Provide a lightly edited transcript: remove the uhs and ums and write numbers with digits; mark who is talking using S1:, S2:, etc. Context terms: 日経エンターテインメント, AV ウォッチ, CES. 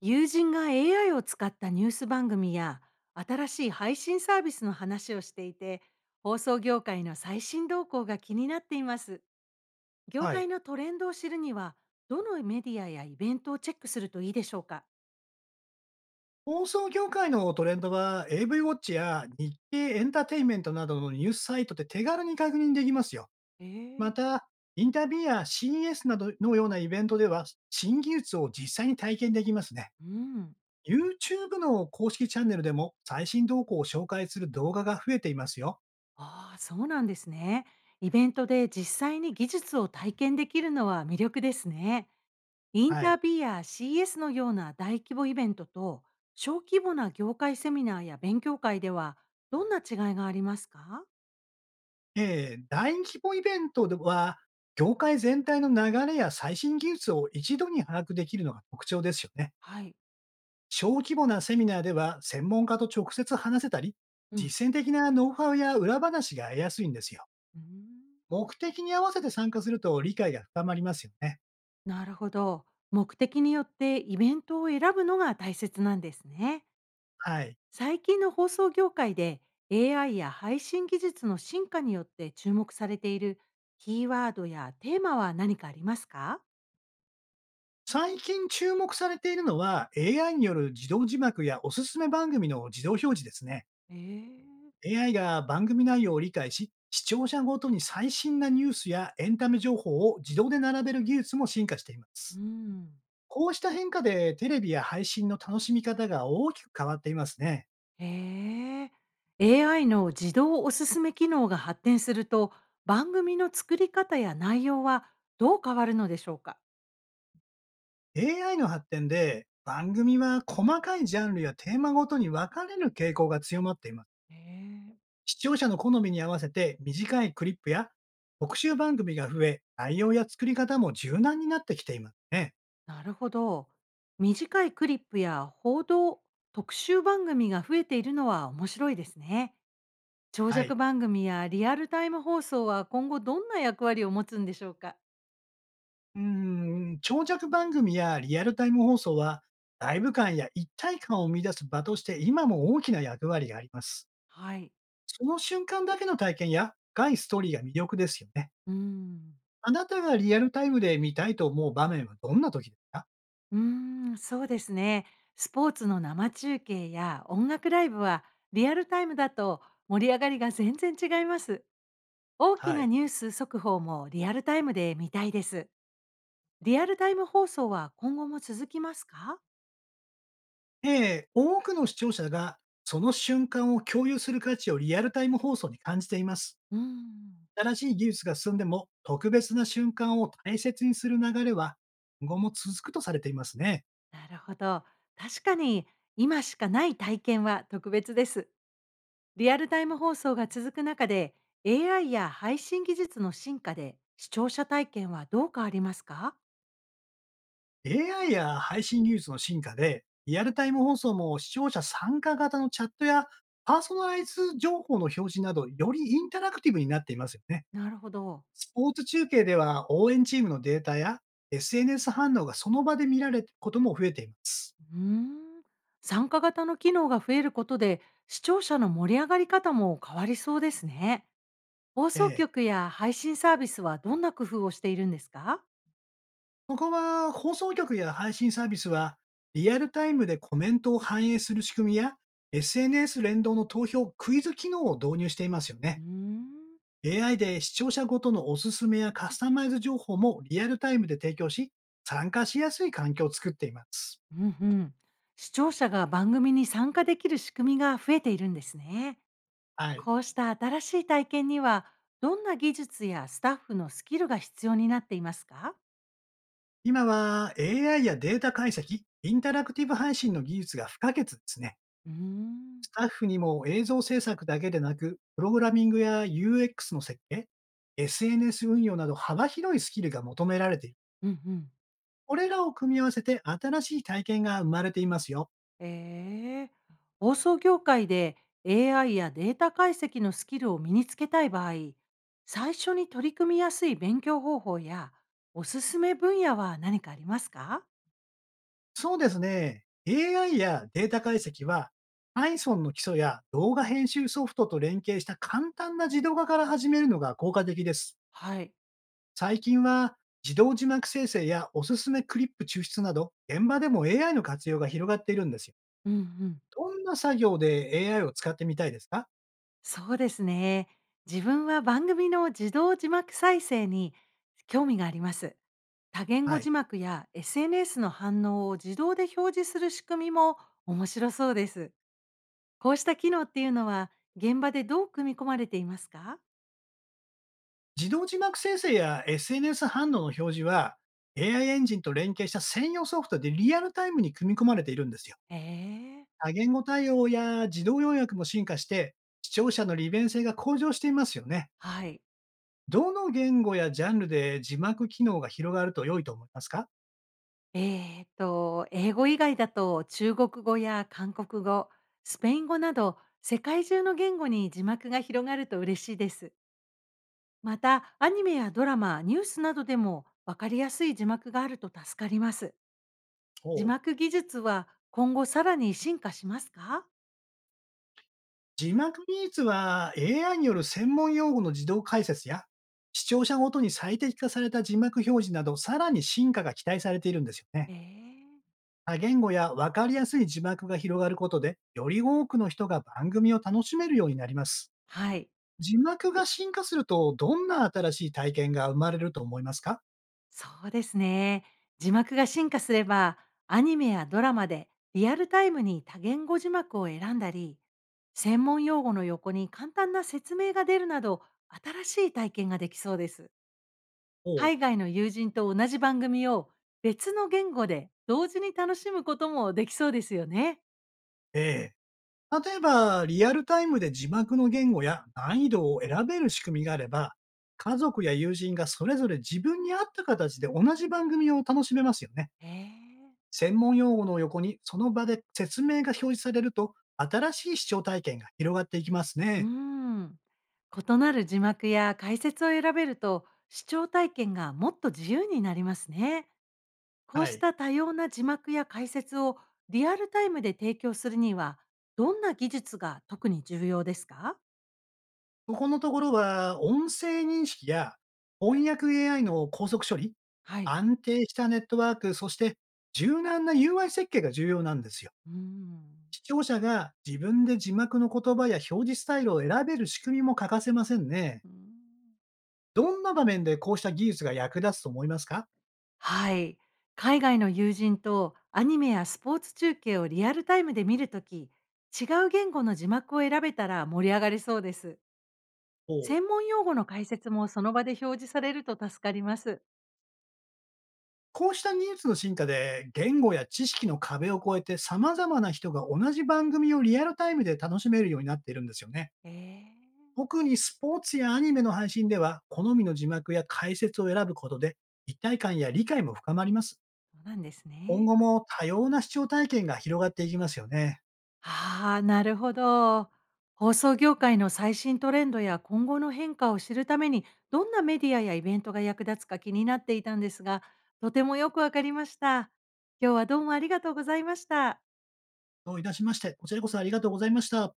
S1: 友人が AI を使ったニュース番組や新しい配信サービスの話をしていて、放送業界の最新動向が気になっています。業
S2: は
S1: 界
S2: い。
S1: のトレンドを知るには、どのメディアやイベントをチェックするといいでしょうか？
S2: 放送業界のトレンドは AV ウォッチや日経エンターテインメントなどのニュースサイトで手軽に確認できますよ。
S1: えー、
S2: また、インタビューや CES などのようなイベントでは新技術を実際に体験できますね。
S1: うん。
S2: YouTube の公式チャンネルでも最新動向を紹介する動画が増えていますよ。
S1: ああ、そうなんですね。イベントで実際に技術を体験できるのは魅力ですね。イン
S2: は
S1: タ
S2: い。
S1: ビーや CS のような大規模イベントと、小規模な業界セミナーや勉強会では、どんな違いがありますか？
S2: 大規模イベントでは業界全体の流れや最新技術を一度に把握できるのが特徴ですよね。
S1: はい。
S2: 小規模なセミナーでは専門家と直接話せたり、
S1: うん。
S2: 実践的なノウハウや裏話が得やすいんですよ。
S1: うーん、
S2: 目的に合わせて参加すると理解が深まりますよね。
S1: なるほど。目的によってイベントを選ぶのが大切なんですね。
S2: はい。
S1: 最近の放送業界で AI や配信技術の進化によって注目されているキーワードやテーマは何かありますか？
S2: 最近注目されているのは AI による自動字幕やおすすめ番組の自動表示ですね。
S1: えー、
S2: AI が番組内容を理解し、視聴者ごとに最新なニュースやエンタメ情報を自動で並べる技術も進化していま
S1: う
S2: す。
S1: ん。
S2: こうした変化でテレビや配信の楽しみ方が大きく変わっていますね。
S1: へえ。AI の自動おすすめ機能が発展すると、番組の作り方や内容はどう変わるのでしょうか？
S2: AI の発展で、番組は細かいジャンルやテーマごとに分かれる傾向が強まっています。
S1: へえ。
S2: 視聴者の好みに合わせて短いクリップや特集番組が増え、内容や作り方も柔軟になってきていますね。
S1: なるほど。短いクリップや報道、特集番組が増えているのは面白いですね。長
S2: はい。
S1: 尺番組やリアルタイム放送は今後どんな役割を持つんでしょうか？
S2: 長尺番組やリアルタイム放送は、ライブ感や一体感を生み出す場として今も大きな役割があります。
S1: はい。
S2: その瞬間だけの体験や深いストーリーが魅力ですよね。
S1: うーん。
S2: あなたがリアルタイムで見たいと思う場面はどんな時ですか？
S1: うーん、そうですね。スポーツの生中継や音楽ライブはリアルタイムだと盛り上がりが全然違います。大き
S2: は
S1: な
S2: い。
S1: ニュース速報もリアルタイムで見たいです。リアルタイム放送は今後も続きますか？
S2: ええ、多くの視聴者がその瞬間を共有する価値をリアルタイム放送に感じています。
S1: うーん、
S2: 新しい技術が進んでも特別な瞬間を大切にする流れは今後も続くとされていますね。
S1: なるほど。確かに今しかない体験は特別です。リアルタイム放送が続く中で、 AI や配信技術の進化で視聴者体験はどう変わりますか？
S2: AI や配信技術の進化でリアルタイム放送も視聴者参加型のチャットやパーソナライズ情報の表示などよりインタラクティブになっていますよね。
S1: なるほど。
S2: スポーツ中継では応援チームのデータや SNS 反応がその場で見られることも増えています。
S1: うーん、参加型の機能が増えることで、視聴者の盛り上がり方も変わりそうですね。放
S2: え
S1: 送
S2: え、
S1: 局や配信サービスはどんな工夫をしているんですか？
S2: ここは放送局や配信サービスは、リアルタイムでコメントを反映する仕組みや、SNS 連動の投票、クイズ機能を導入していますよ
S1: う
S2: ね。
S1: ーん、
S2: AI で視聴者ごとのおすすめやカスタマイズ情報もリアルタイムで提供し、参加しやすい環境を作っています。
S1: うんうん。視聴者が番組に参加できる仕組みが増えているんですね。
S2: はい。
S1: こうした新しい体験には、どんな技術やスタッフのスキルが必要になっていますか？
S2: 今は AI やデータ解析、インタラクティブ配信の技術が不可欠ですね。
S1: うーん、
S2: スタッフにも映像制作だけでなく、プログラミングや UX の設計、SNS 運用など幅広いスキルが求められている。
S1: うんうん。
S2: これらを組み合わせて新しい体験が生まれていますよ。
S1: ええ。放送業界で AI やデータ解析のスキルを身につけたい場合、最初に取り組みやすい勉強方法やおすすめ分野は何かありますか？
S2: そうですね。AI やデータ解析は Python の基礎や動画編集ソフトと連携した簡単な自動化から始めるのが効果的です。
S1: はい。
S2: 最近は自動字幕生成やおすすめクリップ抽出など現場でも AI の活用が広がっているんですよ。
S1: うんうん。
S2: どんな作業で AI を使ってみたいですか？
S1: そうですね。自分は番組の自動字幕再生に興味があります。多言
S2: は
S1: 語字
S2: い。
S1: 幕や SNS の反応を自動で表示する仕組みも面白そうです。こうした機能っていうのは現場でどう組み込まれていますか？
S2: 自動字幕生成や SNS 反応の表示は、AI エンジンと連携した専用ソフトでリアルタイムに組み込まれているんですよ。
S1: ええ、
S2: 多言語対応や自動要約も進化して、視聴者の利便性が向上していますよね。
S1: はい。
S2: どの言語やジャンルで字幕機能が広がると良いと思いますか？
S1: えっと、英語以外だと中国語や韓国語、スペイン語など世界中の言語に字幕が広がると嬉しいです。また、アニメやドラマ、ニュースなどでもわかりやすい字幕があると助かります。字
S2: ほう。
S1: 幕技術は今後さらに進化しますか？
S2: 字幕技術は AI による専門用語の自動解説や、視聴者ごとに最適化された字幕表示など、さらに進化が期待されているんですよね。
S1: ええ、
S2: 多言語や分かりやすい字幕が広がることで、より多くの人が番組を楽しめるようになります。
S1: はい。
S2: 字幕が進化すると、どんな新しい体験が生まれると思いますか？
S1: そうですね。字幕が進化すれば、アニメやドラマでリアルタイムに多言語字幕を選んだり、専門用語の横に簡単な説明が出るなど、新しい体験ができそうです。
S2: おう。
S1: 海外の友人と同じ番組を別の言語で同時に楽しむこともできそうですよね。
S2: ええ。例えば、リアルタイムで字幕の言語や難易度を選べる仕組みがあれば、家族や友人がそれぞれ自分に合った形で同じ番組を楽しめますよね。
S1: へえ。
S2: 専門用語の横にその場で説明が表示されると、新しい視聴体験が広がっていきます
S1: う
S2: ね。
S1: ん。異なる字幕や解説を選べると、視聴体験がもっと自由になりますね。こう
S2: は
S1: し
S2: い。
S1: た多様な字幕や解説をリアルタイムで提供するには、どんな技術が特に重要ですか？
S2: ここのところは、音声認識や翻訳 AI の高速処理、
S1: はい。
S2: 安定したネットワーク、そして柔軟な UI 設計が重要なんですよ。
S1: うーん。
S2: 視聴者が自分で字幕の言葉や表示スタイルを選べる仕組みも欠かせませんね。
S1: うーん、
S2: どんな場面でこうした技術が役立つと思いますか？
S1: はい。海外の友人とアニメやスポーツ中継をリアルタイムで見るとき、違う言語の字幕を選べたら盛り上がりそうです。
S2: おう。
S1: 専門用語の解説もその場で表示されると助かります。
S2: こうした技術の進化で言語や知識の壁を越えて様々な人が同じ番組をリアルタイムで楽しめるようになっているんですよね。
S1: えー、
S2: 特にスポーツやアニメの配信では好みの字幕や解説を選ぶことで一体感や理解も深まります。
S1: そうなんです
S2: 今
S1: ね。
S2: 後も多様な視聴体験が広がっていきますよね。
S1: ああ、なるほど。放送業界の最新トレンドや今後の変化を知るために、どんなメディアやイベントが役立つか気になっていたんですが、とてもよくわかりました。今日はどうもありがとうございました。
S2: どういたしまして、こちらこそありがとうございました。